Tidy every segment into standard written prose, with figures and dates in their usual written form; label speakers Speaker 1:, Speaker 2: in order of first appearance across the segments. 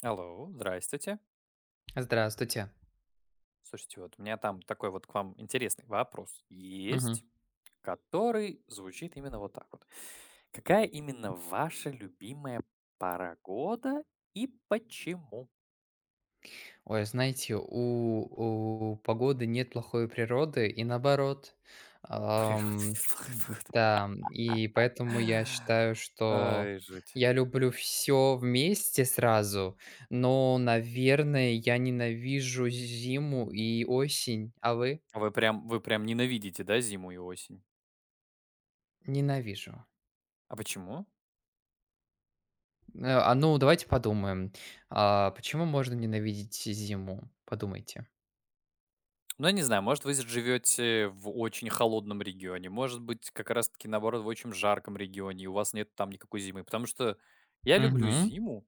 Speaker 1: Алло, здрасте.
Speaker 2: Здравствуйте.
Speaker 1: Слушайте, вот у меня там такой вот к вам интересный вопрос
Speaker 2: Мгм.
Speaker 1: есть, который звучит именно вот так вот. Какая именно ваша любимая пора года и почему?
Speaker 2: Ой, знаете, у погоды нет плохой природы и наоборот.
Speaker 1: Ну, природа
Speaker 2: Ам,
Speaker 1: неплохая погода.
Speaker 2: да, и поэтому я считаю, что
Speaker 1: Ай, жуть.
Speaker 2: я люблю все вместе сразу, но, наверное, я ненавижу зиму и осень. А вы?
Speaker 1: А вы прям ненавидите, да, зиму и осень?
Speaker 2: Ненавижу.
Speaker 1: А почему?
Speaker 2: Ну, давайте подумаем, почему можно ненавидеть зиму? Подумайте.
Speaker 1: Ну, я не знаю, может, вы з живете в очень холодном регионе, может быть, как раз таки, наоборот, в очень жарком регионе, и у вас нет там никакой зимы. Потому что я люблю
Speaker 2: Угу.
Speaker 1: зиму,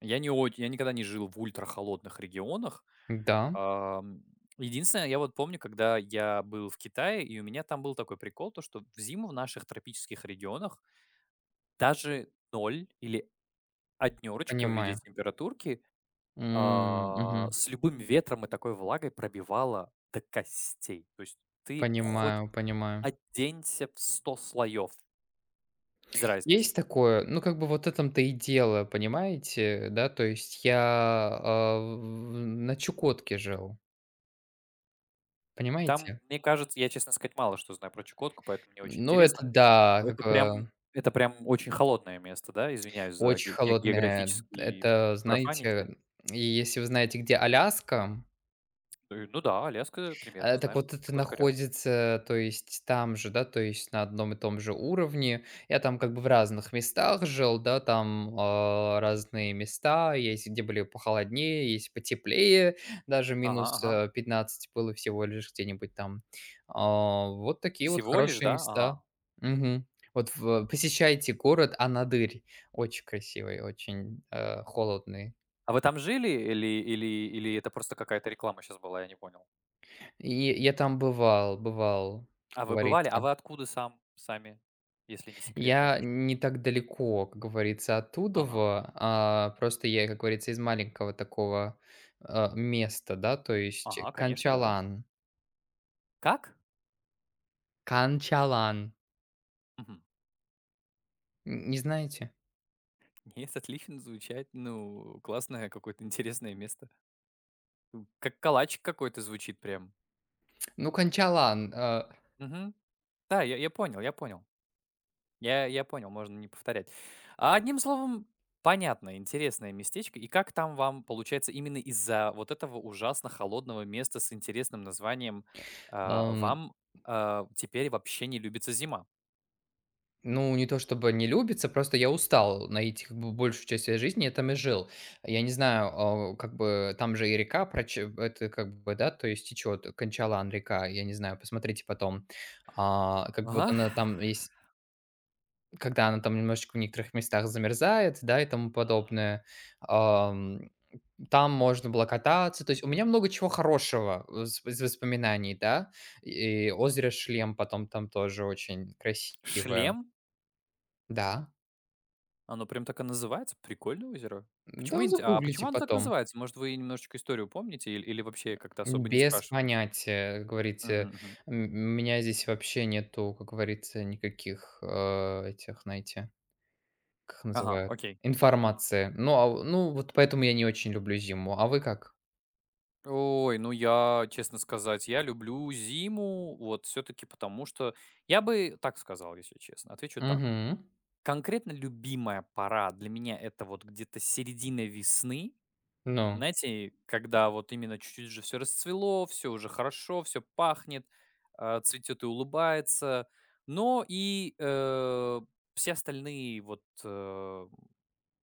Speaker 1: я никогда не жил в ультрахолодных регионах.
Speaker 2: Да,
Speaker 1: Ам, единственное, я вот помню, когда я был в Китае, и у меня там был такой прикол, то что в зиму в наших тропических регионах даже ноль или 1 в виде
Speaker 2: понимаю.
Speaker 1: температурки
Speaker 2: М, мгм.
Speaker 1: с любым ветром и такой влагой пробивало до костей. То есть ты хоть
Speaker 2: Понимаю, понимаю.
Speaker 1: оденься в 100 слоев, без разницы.
Speaker 2: Есть такое, ну, как бы вот этом-то и дело, понимаете, да? То есть я, а, в на Чукотке жил,
Speaker 1: Там,
Speaker 2: понимаете?
Speaker 1: мне кажется, я, честно сказать, мало что знаю про Чукотку, поэтому мне очень
Speaker 2: Ну, это
Speaker 1: интересно.
Speaker 2: да,
Speaker 1: Но
Speaker 2: как бы
Speaker 1: это прям очень холодное место, да? Извиняюсь за
Speaker 2: очень холодное.
Speaker 1: географические
Speaker 2: Это,
Speaker 1: профанити.
Speaker 2: знаете, и если вы знаете, где Аляска.
Speaker 1: Ну да, Аляска примерно
Speaker 2: Так
Speaker 1: знаю,
Speaker 2: вот это
Speaker 1: Чукотка рядом.
Speaker 2: находится, то есть там же, да, то есть на одном и том же уровне. Я там как бы в разных местах жил, да, там, разные места есть, где были похолоднее, есть потеплее, даже
Speaker 1: Ага,
Speaker 2: минус,
Speaker 1: ага.
Speaker 2: э, 15 было всего лишь где-нибудь там. Вот такие вот
Speaker 1: Всего лишь,
Speaker 2: хорошие
Speaker 1: да?
Speaker 2: места.
Speaker 1: Ага.
Speaker 2: Мгм. Вот посещайте город Анадырь. Очень красивый, очень, холодный.
Speaker 1: А вы там жили, или это просто какая-то реклама сейчас была, я не понял?
Speaker 2: И я там бывал, как
Speaker 1: А вы бывали? А
Speaker 2: говорится.
Speaker 1: вы откуда сами, если не секрет,
Speaker 2: Я
Speaker 1: конечно?
Speaker 2: не так далеко, как говорится,
Speaker 1: Ага,
Speaker 2: оттудова,
Speaker 1: ага.
Speaker 2: просто я, как говорится, из маленького такого, места, да, то есть
Speaker 1: Ага, конечно, да.
Speaker 2: Канчалан.
Speaker 1: Как?
Speaker 2: Канчалан.
Speaker 1: Мгм.
Speaker 2: Н не знаете?
Speaker 1: Нет, отлично звучать. Ну, классное какое-то интересное место. Как калачик какой-то звучит прям.
Speaker 2: Ну, Канчалан,
Speaker 1: Мгм. Да, я понял, я понял. Я понял, можно не повторять. А одним словом, понятно, интересное местечко. И как там вам, получается, именно из-за вот этого ужасно холодного места с интересным названием
Speaker 2: ам,
Speaker 1: вам теперь вообще не любится зима?
Speaker 2: ну, не то чтобы не любится, просто я устал найти как бы большую часть своей жизни, я там и жил. Я не знаю, как бы там же и река проч это как бы, да, то есть течет, Канчалан река, я не знаю, посмотрите потом. Как бы вот
Speaker 1: Ага.
Speaker 2: она там есть. Когда она там немножечко в некоторых местах замерзает, да, и тому
Speaker 1: Мгм.
Speaker 2: подобное. Ам, там можно было кататься. То есть у меня много чего хорошего из воспоминаний, да. И озеро Шлем потом там тоже очень
Speaker 1: Шлем?
Speaker 2: красивое. Да,
Speaker 1: Оно прям так и называется? Прикольное озеро. Почему
Speaker 2: да,
Speaker 1: инте а почему
Speaker 2: загуглите
Speaker 1: оно так
Speaker 2: потом.
Speaker 1: называется? Может, вы немножечко историю помните иль или вообще как-то особо не
Speaker 2: Без
Speaker 1: спрашивались?
Speaker 2: понятия, как
Speaker 1: Мгм,
Speaker 2: говорится.
Speaker 1: мгм.
Speaker 2: У меня здесь вообще нету, как говорится, никаких, этих, знаете, как их
Speaker 1: Ага,
Speaker 2: называют,
Speaker 1: окей.
Speaker 2: информации. Ну, ну, вот поэтому я не очень люблю зиму. А вы как?
Speaker 1: Ой, ну я, честно сказать, я люблю зиму, вот все таки потому, что я бы так сказал, если честно. Отвечу так.
Speaker 2: Мгм.
Speaker 1: Конкретно любимая пора для меня — это вот где-то середина весны.
Speaker 2: Ну.
Speaker 1: Знаете, когда вот именно чуть-чуть уже все расцвело, все уже хорошо, все пахнет, цветет и улыбается. Но и, все остальные вот,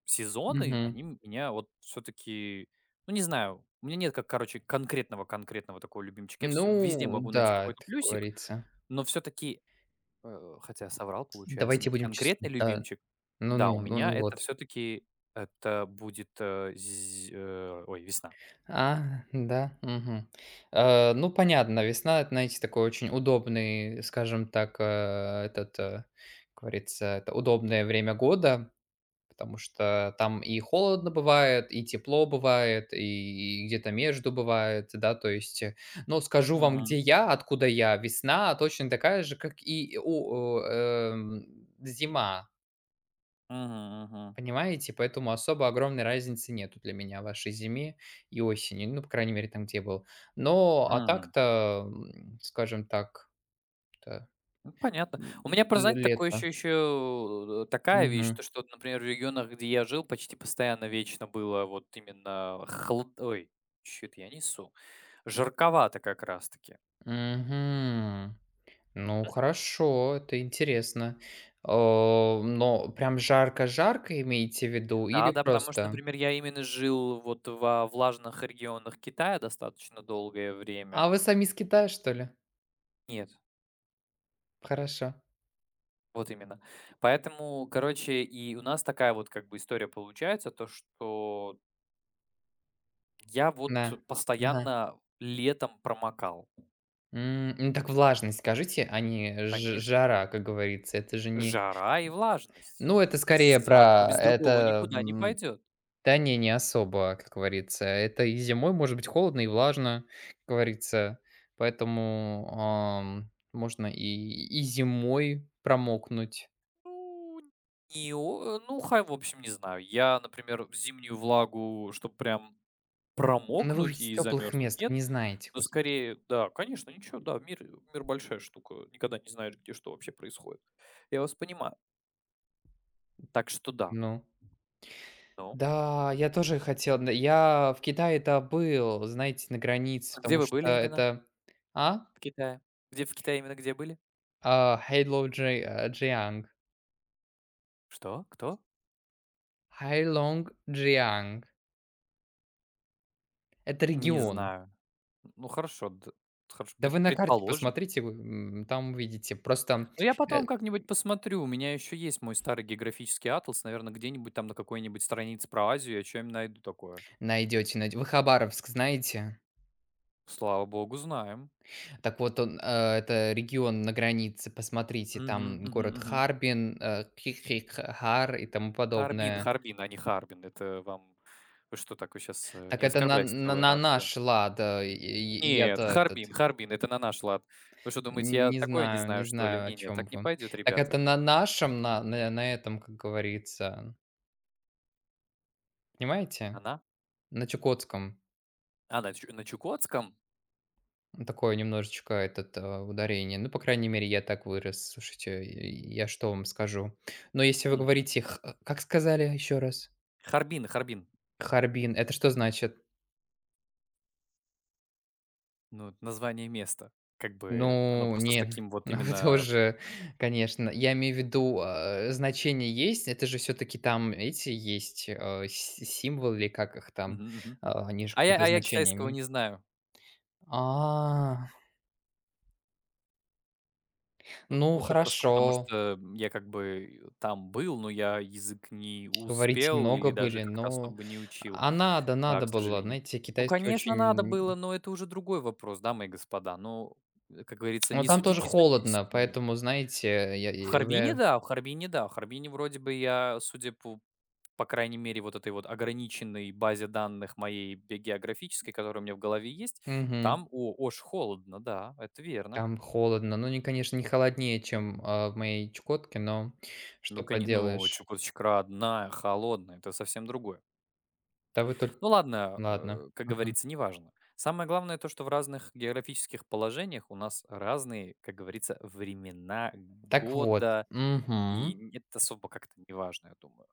Speaker 1: сезоны, они
Speaker 2: Мгм.
Speaker 1: меня вот все таки, ну, не знаю, у меня нет, как, короче, конкретного-конкретного такого любимчика. Я вс везде
Speaker 2: Ну
Speaker 1: могу найти
Speaker 2: да,
Speaker 1: какой-то
Speaker 2: это, как
Speaker 1: плюсик,
Speaker 2: говорится.
Speaker 1: но все таки, хотя соврал, получается,
Speaker 2: Давайте
Speaker 1: нет,
Speaker 2: будем
Speaker 1: конкретный
Speaker 2: честны. Да.
Speaker 1: любимчик, да,
Speaker 2: Ну-ну,
Speaker 1: у
Speaker 2: ну ну
Speaker 1: меня
Speaker 2: ну
Speaker 1: это
Speaker 2: вот.
Speaker 1: все таки, это будет, весна.
Speaker 2: Да, мгм. Ну, понятно, весна — это, знаете, такой очень удобный, скажем так, этот, как говорится, это удобное время года. Потому что там и холодно бывает, и тепло бывает, и где-то между бывает, да, то есть. Но скажу вам,
Speaker 1: Мгм.
Speaker 2: где я, откуда я. Весна точно такая же, как и у, зима,
Speaker 1: Мгм, мгм,
Speaker 2: понимаете? Поэтому особо огромной разницы нету для меня вашей зиме и осени, ну, по крайней мере, там, где я был. Но, а
Speaker 1: мгм.
Speaker 2: так-то, скажем так, это,
Speaker 1: Ну, понятно.
Speaker 2: м,
Speaker 1: У меня про занятость такое еще
Speaker 2: лето.
Speaker 1: еще такая вещь,
Speaker 2: Мгм.
Speaker 1: то что, вот, например, в регионах, где я жил, почти постоянно вечно было вот именно холод, ой, чё-то я несу, жарковато как раз таки.
Speaker 2: Мгм. Ну, хорошо, это интересно. Но прям жарко-жарко имеете в виду или
Speaker 1: Да-да, потому что,
Speaker 2: просто?
Speaker 1: например, я именно жил вот во влажных регионах Китая достаточно долгое время.
Speaker 2: А вы сами из Китая, что ли?
Speaker 1: Нет,
Speaker 2: Хорошо.
Speaker 1: вот именно. Поэтому, короче, и у нас такая вот как бы история получается, то что я
Speaker 2: Да.
Speaker 1: вот
Speaker 2: Ага.
Speaker 1: постоянно летом промокал.
Speaker 2: Ну так влажность скажите, а не ж
Speaker 1: Конечно,
Speaker 2: жара, как говорится. Это же не
Speaker 1: жара и влажность.
Speaker 2: ну, это скорее
Speaker 1: Без одно
Speaker 2: про
Speaker 1: без другого
Speaker 2: это,
Speaker 1: никуда не пойдет.
Speaker 2: да не особо, как говорится. Это и зимой может быть холодно и влажно, как говорится. Поэтому, можно и зимой промокнуть.
Speaker 1: Ну, не о ну, хай, в общем, не знаю. Я, например, зимнюю влагу, чтобы прям
Speaker 2: Ну, вы
Speaker 1: промокнуть
Speaker 2: ведь с
Speaker 1: и
Speaker 2: тёплых
Speaker 1: замерзнуть,
Speaker 2: мест,
Speaker 1: нет.
Speaker 2: вы не знаете,
Speaker 1: Но
Speaker 2: господи.
Speaker 1: скорее, да, конечно, ничего, да, мир большая штука. Никогда не знаешь, где что вообще происходит. Я вас понимаю. Так что да.
Speaker 2: Ну.
Speaker 1: Ну,
Speaker 2: Да, я тоже хотел, но я в Китае-то был, знаете, на границе,
Speaker 1: а где
Speaker 2: потому
Speaker 1: вы
Speaker 2: что
Speaker 1: были именно
Speaker 2: это. А?
Speaker 1: в Китае? Где в Китае именно где были?
Speaker 2: Heilongji Jiang.
Speaker 1: Что? Кто?
Speaker 2: Heilongjiang. Это
Speaker 1: Не
Speaker 2: регион.
Speaker 1: знаю. Ну хорошо, д хорошо,
Speaker 2: Да вы на карте
Speaker 1: предположим.
Speaker 2: посмотрите, вы, там увидите. Просто,
Speaker 1: Но я
Speaker 2: э,
Speaker 1: потом как-нибудь посмотрю. У меня еще есть мой старый географический атлас. Наверное, где-нибудь там на какой-нибудь странице про Азию я чё-нибудь найду такое.
Speaker 2: найдёте, найдё Вы Хабаровск знаете?
Speaker 1: Слава богу, знаем.
Speaker 2: Так вот он, это регион на границе, посмотрите,
Speaker 1: Мгм,
Speaker 2: там
Speaker 1: мгм,
Speaker 2: город
Speaker 1: мгм.
Speaker 2: Харбин, э, Хи Хар и тому
Speaker 1: Харбин,
Speaker 2: подобное.
Speaker 1: Харбин, а не Харбин. Это вам, вы что так, вы сейчас
Speaker 2: Так
Speaker 1: не
Speaker 2: это на
Speaker 1: оскорбляйте
Speaker 2: на
Speaker 1: целую
Speaker 2: на она
Speaker 1: нацию.
Speaker 2: шла, да, и
Speaker 1: Нет,
Speaker 2: я-то
Speaker 1: Харбин,
Speaker 2: этот
Speaker 1: Харбин — это на наш лад. Вы что думаете, я
Speaker 2: не
Speaker 1: такое не
Speaker 2: знаю не
Speaker 1: знаю, что ли?
Speaker 2: знаю, о
Speaker 1: Не, не,
Speaker 2: чем
Speaker 1: так не
Speaker 2: вы.
Speaker 1: пойдет,
Speaker 2: Так это
Speaker 1: ребята.
Speaker 2: на нашем, на этом, как говорится, понимаете?
Speaker 1: Она?
Speaker 2: На чукотском.
Speaker 1: На чукотском?
Speaker 2: Такое немножечко этот, ударение. Ну, по крайней мере, я так вырос. Слушайте, и я что вам скажу? Но если вы
Speaker 1: Мгм.
Speaker 2: говорите, х как сказали еще раз?
Speaker 1: Харбин, Харбин.
Speaker 2: Харбин. Это что значит?
Speaker 1: Ну, вот название места. Как бы оно
Speaker 2: Ну,
Speaker 1: просто с
Speaker 2: не,
Speaker 1: таким вот
Speaker 2: ну
Speaker 1: именно.
Speaker 2: тоже, конечно. Я имею в виду, значение есть. Это же все таки там эти есть, а, си символы или как их там?
Speaker 1: Мгм, мгм.
Speaker 2: Они же
Speaker 1: А я
Speaker 2: какое-то
Speaker 1: а я
Speaker 2: значение
Speaker 1: китайского
Speaker 2: имеют.
Speaker 1: не знаю.
Speaker 2: А,
Speaker 1: Ну,
Speaker 2: ну
Speaker 1: по попросту потому,
Speaker 2: хорошо.
Speaker 1: что, я как бы там был, но я язык не
Speaker 2: Говорите,
Speaker 1: успел или
Speaker 2: много
Speaker 1: даже
Speaker 2: были,
Speaker 1: как-то
Speaker 2: но
Speaker 1: особо не учил.
Speaker 2: Надо,
Speaker 1: Да,
Speaker 2: надо
Speaker 1: к
Speaker 2: было.
Speaker 1: сожалению.
Speaker 2: Знаете,
Speaker 1: Ну,
Speaker 2: китайский
Speaker 1: конечно, надо было,
Speaker 2: очень
Speaker 1: но это уже другой вопрос, да, мои господа. Ну, как говорится,
Speaker 2: ну,
Speaker 1: не
Speaker 2: там тоже
Speaker 1: судите, и суди и
Speaker 2: холодно,
Speaker 1: судимы не будем.
Speaker 2: поэтому, знаете,
Speaker 1: В Харбине,
Speaker 2: я-
Speaker 1: да, в Харбине, да. В Харбине вроде бы я, судя по крайней мере, вот этой вот ограниченной базе данных моей бе географической, которая у меня в голове есть,
Speaker 2: мгм.
Speaker 1: там о ож холодно, да, это верно.
Speaker 2: Там холодно. Ну, не, конечно, не холоднее, чем, в моей Чукотке, но
Speaker 1: Ну,
Speaker 2: что
Speaker 1: коне ну,
Speaker 2: поделаешь.
Speaker 1: Чукоточка родная, холодная — это совсем другое.
Speaker 2: Да вы только.
Speaker 1: Ну ладно,
Speaker 2: Ладно.
Speaker 1: как
Speaker 2: Мгм.
Speaker 1: говорится, неважно. Самое главное то, что в разных географических положениях у нас разные, как говорится, времена
Speaker 2: Так вот.
Speaker 1: года, и
Speaker 2: Мгм.
Speaker 1: н это особо как-то не важно, я думаю.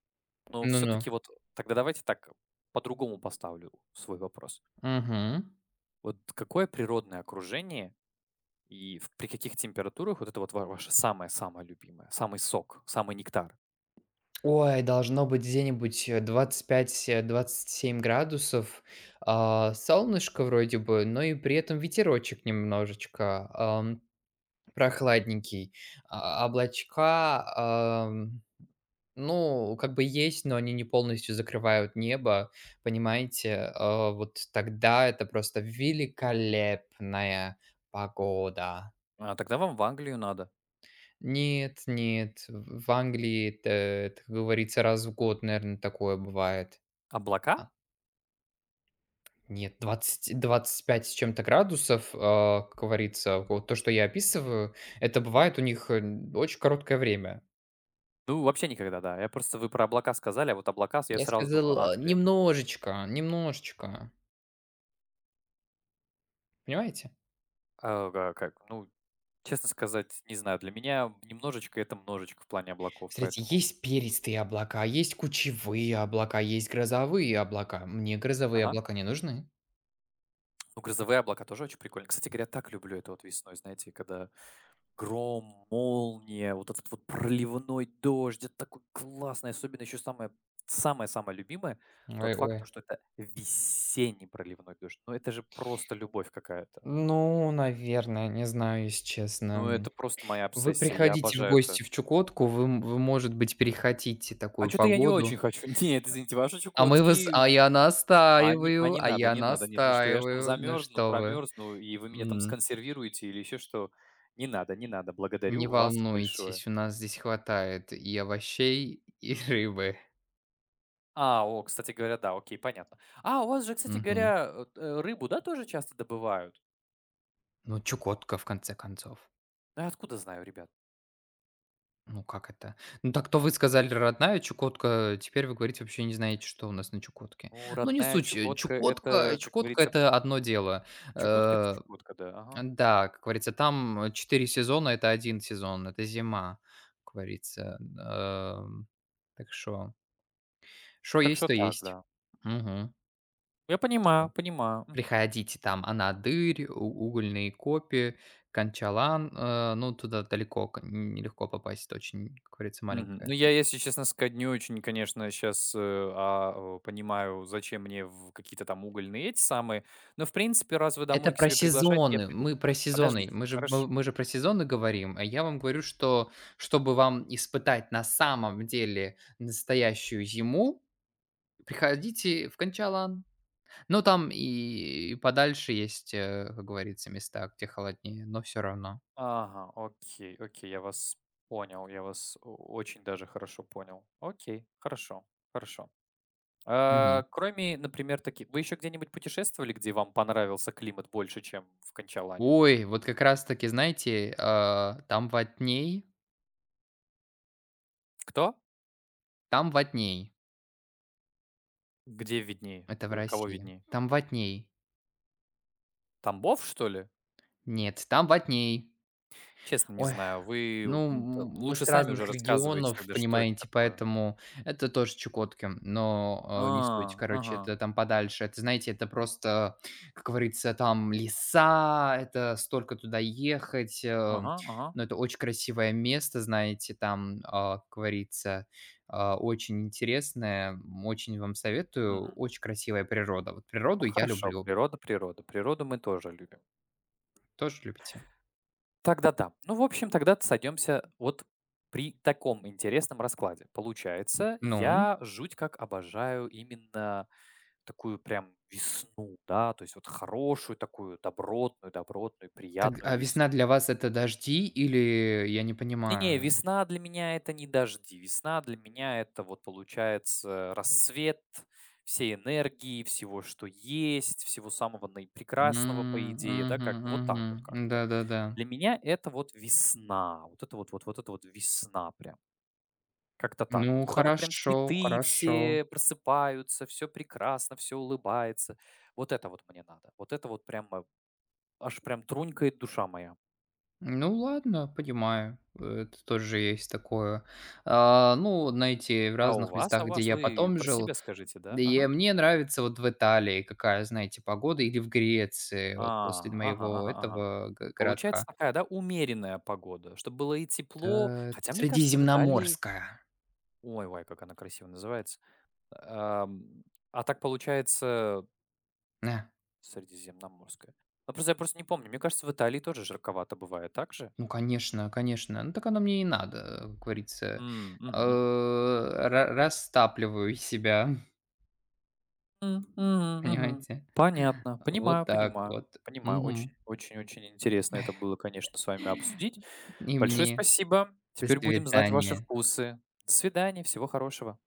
Speaker 1: Но все
Speaker 2: Ну-ну.
Speaker 1: таки вот тогда давайте так, по-другому поставлю свой вопрос.
Speaker 2: Мгм.
Speaker 1: Вот какое природное окружение и в при каких температурах вот это вот ва ваше самое-самое любимое, самый сок, самый нектар?
Speaker 2: Ой, должно быть где-нибудь, 25, 27 градусов. Солнышко вроде бы, но и при этом ветерочек немножечко, прохладненький. Облачка, ну, как бы есть, но они не полностью закрывают небо, понимаете? Вот тогда это просто великолепная погода.
Speaker 1: Тогда вам в Англию надо.
Speaker 2: Нет, нет, в Англии это, как говорится, раз в год, наверное, такое бывает.
Speaker 1: Облака?
Speaker 2: А, нет, двадцать пять с чем-то градусов, как говорится, вот то, что я описываю, это
Speaker 1: М,
Speaker 2: бывает у них очень короткое время.
Speaker 1: ну, вообще никогда, да. Я просто, вы про облака сказали, а вот облака с я
Speaker 2: Я
Speaker 1: сразу думаю
Speaker 2: сказал,
Speaker 1: Англия.
Speaker 2: немножечко, немножечко, понимаете?
Speaker 1: А, га как, ну, честно сказать, не знаю. Для меня немножечко — это множечко в плане облаков,
Speaker 2: Смотрите,
Speaker 1: поэтому.
Speaker 2: есть перистые облака, есть кучевые облака, есть грозовые облака. Мне грозовые
Speaker 1: Ага.
Speaker 2: облака не нужны.
Speaker 1: Ну, грозовые облака тоже очень прикольно. Кстати говоря, так люблю это вот весной, знаете, когда гром, молния, вот этот вот проливной дождь. Это такой классный, особенно еще самое-самое любимое — тот
Speaker 2: Ой,
Speaker 1: факт,
Speaker 2: ой.
Speaker 1: то что это весенний проливной дождь. Ну, это же просто любовь какая-то.
Speaker 2: Ну, наверное, не знаю, если
Speaker 1: Ну,
Speaker 2: честно.
Speaker 1: это просто моя
Speaker 2: Вы
Speaker 1: обсессия, я
Speaker 2: приходите в
Speaker 1: обожаю это.
Speaker 2: гости в Чукотку, вы, может быть, перехотите
Speaker 1: А
Speaker 2: такую
Speaker 1: что то я не
Speaker 2: погоду.
Speaker 1: очень хочу. Нет, извините, ваши
Speaker 2: А мы вас... А
Speaker 1: чукотские,
Speaker 2: я
Speaker 1: а не а
Speaker 2: настаиваю,
Speaker 1: не
Speaker 2: а
Speaker 1: надо,
Speaker 2: я
Speaker 1: не надо. Нет, вы что, я ж там
Speaker 2: настаиваю. Ну
Speaker 1: замерзну,
Speaker 2: что вы.
Speaker 1: промерзну, и вы меня там
Speaker 2: м,
Speaker 1: сконсервируете или еще что. Не надо, не надо. Благодарю
Speaker 2: Не
Speaker 1: вас большое.
Speaker 2: волнуйтесь, у нас здесь хватает и овощей, и рыбы.
Speaker 1: Кстати говоря, да, окей, понятно. У вас же, кстати
Speaker 2: Мгм.
Speaker 1: говоря, рыбу, да, тоже часто добывают?
Speaker 2: Ну, Чукотка, в конце концов.
Speaker 1: Да, откуда знаю, ребят?
Speaker 2: Ну, как это? Ну, так то вы сказали родная Чукотка, теперь вы говорите, вообще не знаете, что у нас на Чукотке.
Speaker 1: Ну,
Speaker 2: Ну, не
Speaker 1: родная
Speaker 2: суть.
Speaker 1: Чукотка,
Speaker 2: Чукотка
Speaker 1: это, как
Speaker 2: Чукотка —
Speaker 1: говорится,
Speaker 2: это одно дело.
Speaker 1: Чукотка это
Speaker 2: Э,
Speaker 1: Чукотка, да, ага.
Speaker 2: да, как говорится, там, 4 сезона — это один сезон, это зима, как говорится. Так что, что
Speaker 1: Так
Speaker 2: есть,
Speaker 1: что
Speaker 2: то
Speaker 1: так,
Speaker 2: есть.
Speaker 1: да.
Speaker 2: Мгм.
Speaker 1: Я понимаю, понимаю. Мгм.
Speaker 2: Приходите, там Анадырь, У Угольные Копи, Канчалан. Ну, туда далеко, к нелегко попасть, это очень, как говорится,
Speaker 1: Мгм. Ну,
Speaker 2: маленькая.
Speaker 1: я, если честно сказать, не очень, конечно, сейчас понимаю, зачем мне в какие-то там угольные эти самые. Но, в принципе, раз вы
Speaker 2: Это
Speaker 1: домой к
Speaker 2: про
Speaker 1: себе приглашаете, я
Speaker 2: сезоны.
Speaker 1: приду.
Speaker 2: Мы про сезоны.
Speaker 1: Подождите,
Speaker 2: Мы же мы
Speaker 1: хорошо.
Speaker 2: мы же про сезоны говорим, а я вам говорю, что чтобы вам испытать на самом деле настоящую зиму, приходите в Канчалан. Ну, там и подальше есть, как говорится, места, где холоднее, но все равно.
Speaker 1: Ага, окей, окей, я вас понял, я вас очень даже хорошо понял. Окей, хорошо, хорошо.
Speaker 2: Мгм.
Speaker 1: Кроме, например, таких, вы еще где-нибудь путешествовали, где вам понравился климат больше, чем в Кончалане?
Speaker 2: Ой, вот как раз таки, знаете, там ватней,
Speaker 1: Кто?
Speaker 2: там ватней.
Speaker 1: Где виднее?
Speaker 2: Это в
Speaker 1: Кого
Speaker 2: России.
Speaker 1: виднее?
Speaker 2: Там ватней.
Speaker 1: Тамбов, что ли?
Speaker 2: Нет, там ватней.
Speaker 1: Честно, не
Speaker 2: Ой,
Speaker 1: знаю. Вы л-
Speaker 2: ну,
Speaker 1: м, т-
Speaker 2: мы
Speaker 1: лучше
Speaker 2: с
Speaker 1: сами уже
Speaker 2: разных
Speaker 1: рассказываете
Speaker 2: регионов,
Speaker 1: тогда, что это
Speaker 2: понимаете,
Speaker 1: такое.
Speaker 2: поэтому это тоже Чукотки, но, не суть.
Speaker 1: А,
Speaker 2: Короче,
Speaker 1: ага,
Speaker 2: это там подальше. Это, знаете, это просто, как говорится, там леса, это столько туда ехать,
Speaker 1: ага, ага.
Speaker 2: но это очень красивое место, знаете, там, как говорится, очень интересное. Очень вам советую.
Speaker 1: Мгм.
Speaker 2: Очень красивая природа. Вот
Speaker 1: Ну
Speaker 2: природу я
Speaker 1: хорошо,
Speaker 2: люблю.
Speaker 1: природа, природа. Природу мы тоже любим.
Speaker 2: Тоже любите?
Speaker 1: Тогда да. Ну, в общем, тогда сойдемся вот при таком интересном раскладе. Получается,
Speaker 2: Ну?
Speaker 1: я жуть как обожаю именно такую прям весну, да, то есть вот хорошую такую добротную, добротную,
Speaker 2: Так,
Speaker 1: приятную
Speaker 2: а весна
Speaker 1: весну.
Speaker 2: для вас это дожди или я не
Speaker 1: Не-не,
Speaker 2: понимаю?
Speaker 1: весна для меня это не дожди, весна для меня это вот получается рассвет всей энергии, всего, что есть, всего самого
Speaker 2: М,
Speaker 1: наипрекрасного, по идее, да,
Speaker 2: мгм,
Speaker 1: как бы вот так
Speaker 2: мгм.
Speaker 1: вот как-то.
Speaker 2: Да-да-да.
Speaker 1: Для меня это вот весна. Вот это вот вот вот это вот весна прям. Как-то так вот.
Speaker 2: Ну,
Speaker 1: Когда вот прям
Speaker 2: хорошо,
Speaker 1: цветы
Speaker 2: хорошо.
Speaker 1: все просыпаются, все прекрасно, все улыбается. Вот это вот мне надо. Вот это вот прям, аж прям трунькает душа моя.
Speaker 2: Ну ладно, понимаю, это тоже есть такое. Ну, вот знаете, в
Speaker 1: А у
Speaker 2: разных
Speaker 1: вас, а
Speaker 2: местах,
Speaker 1: у
Speaker 2: где
Speaker 1: вас,
Speaker 2: я
Speaker 1: вы
Speaker 2: потом
Speaker 1: про себя
Speaker 2: жил,
Speaker 1: скажите, да?
Speaker 2: и
Speaker 1: Ага.
Speaker 2: мне нравится вот в Италии какая, знаете, погода, или в Греции, вот после
Speaker 1: А, ага,
Speaker 2: моего
Speaker 1: ага, ага.
Speaker 2: этого го
Speaker 1: Получается
Speaker 2: городка.
Speaker 1: такая, да, умеренная погода, чтобы было и
Speaker 2: Та
Speaker 1: тепло. Хотя, мне кажется, в Италии...
Speaker 2: средиземноморская.
Speaker 1: Ой, ой, как она красиво называется. Ам, А так получается,
Speaker 2: Да.
Speaker 1: средиземноморское. Ну, просто я просто не помню. Мне кажется, в Италии тоже жарковато бывает, так же?
Speaker 2: Ну, конечно, конечно. Ну, так оно мне и надо, как говорится.
Speaker 1: М, мгм, мгм.
Speaker 2: Э, ра растапливаю себя.
Speaker 1: М, мгм, мгм.
Speaker 2: Понимаете?
Speaker 1: Понятно.
Speaker 2: Вот
Speaker 1: Понимаю,
Speaker 2: так
Speaker 1: понимаю.
Speaker 2: вот.
Speaker 1: Понимаю. Очень,
Speaker 2: Мгм.
Speaker 1: очень, очень интересно это было, конечно, с вами обсудить.
Speaker 2: И
Speaker 1: Большое
Speaker 2: мне.
Speaker 1: спасибо.
Speaker 2: До
Speaker 1: Теперь будем знать ваши
Speaker 2: свидания.
Speaker 1: вкусы. До свидания. Всего хорошего.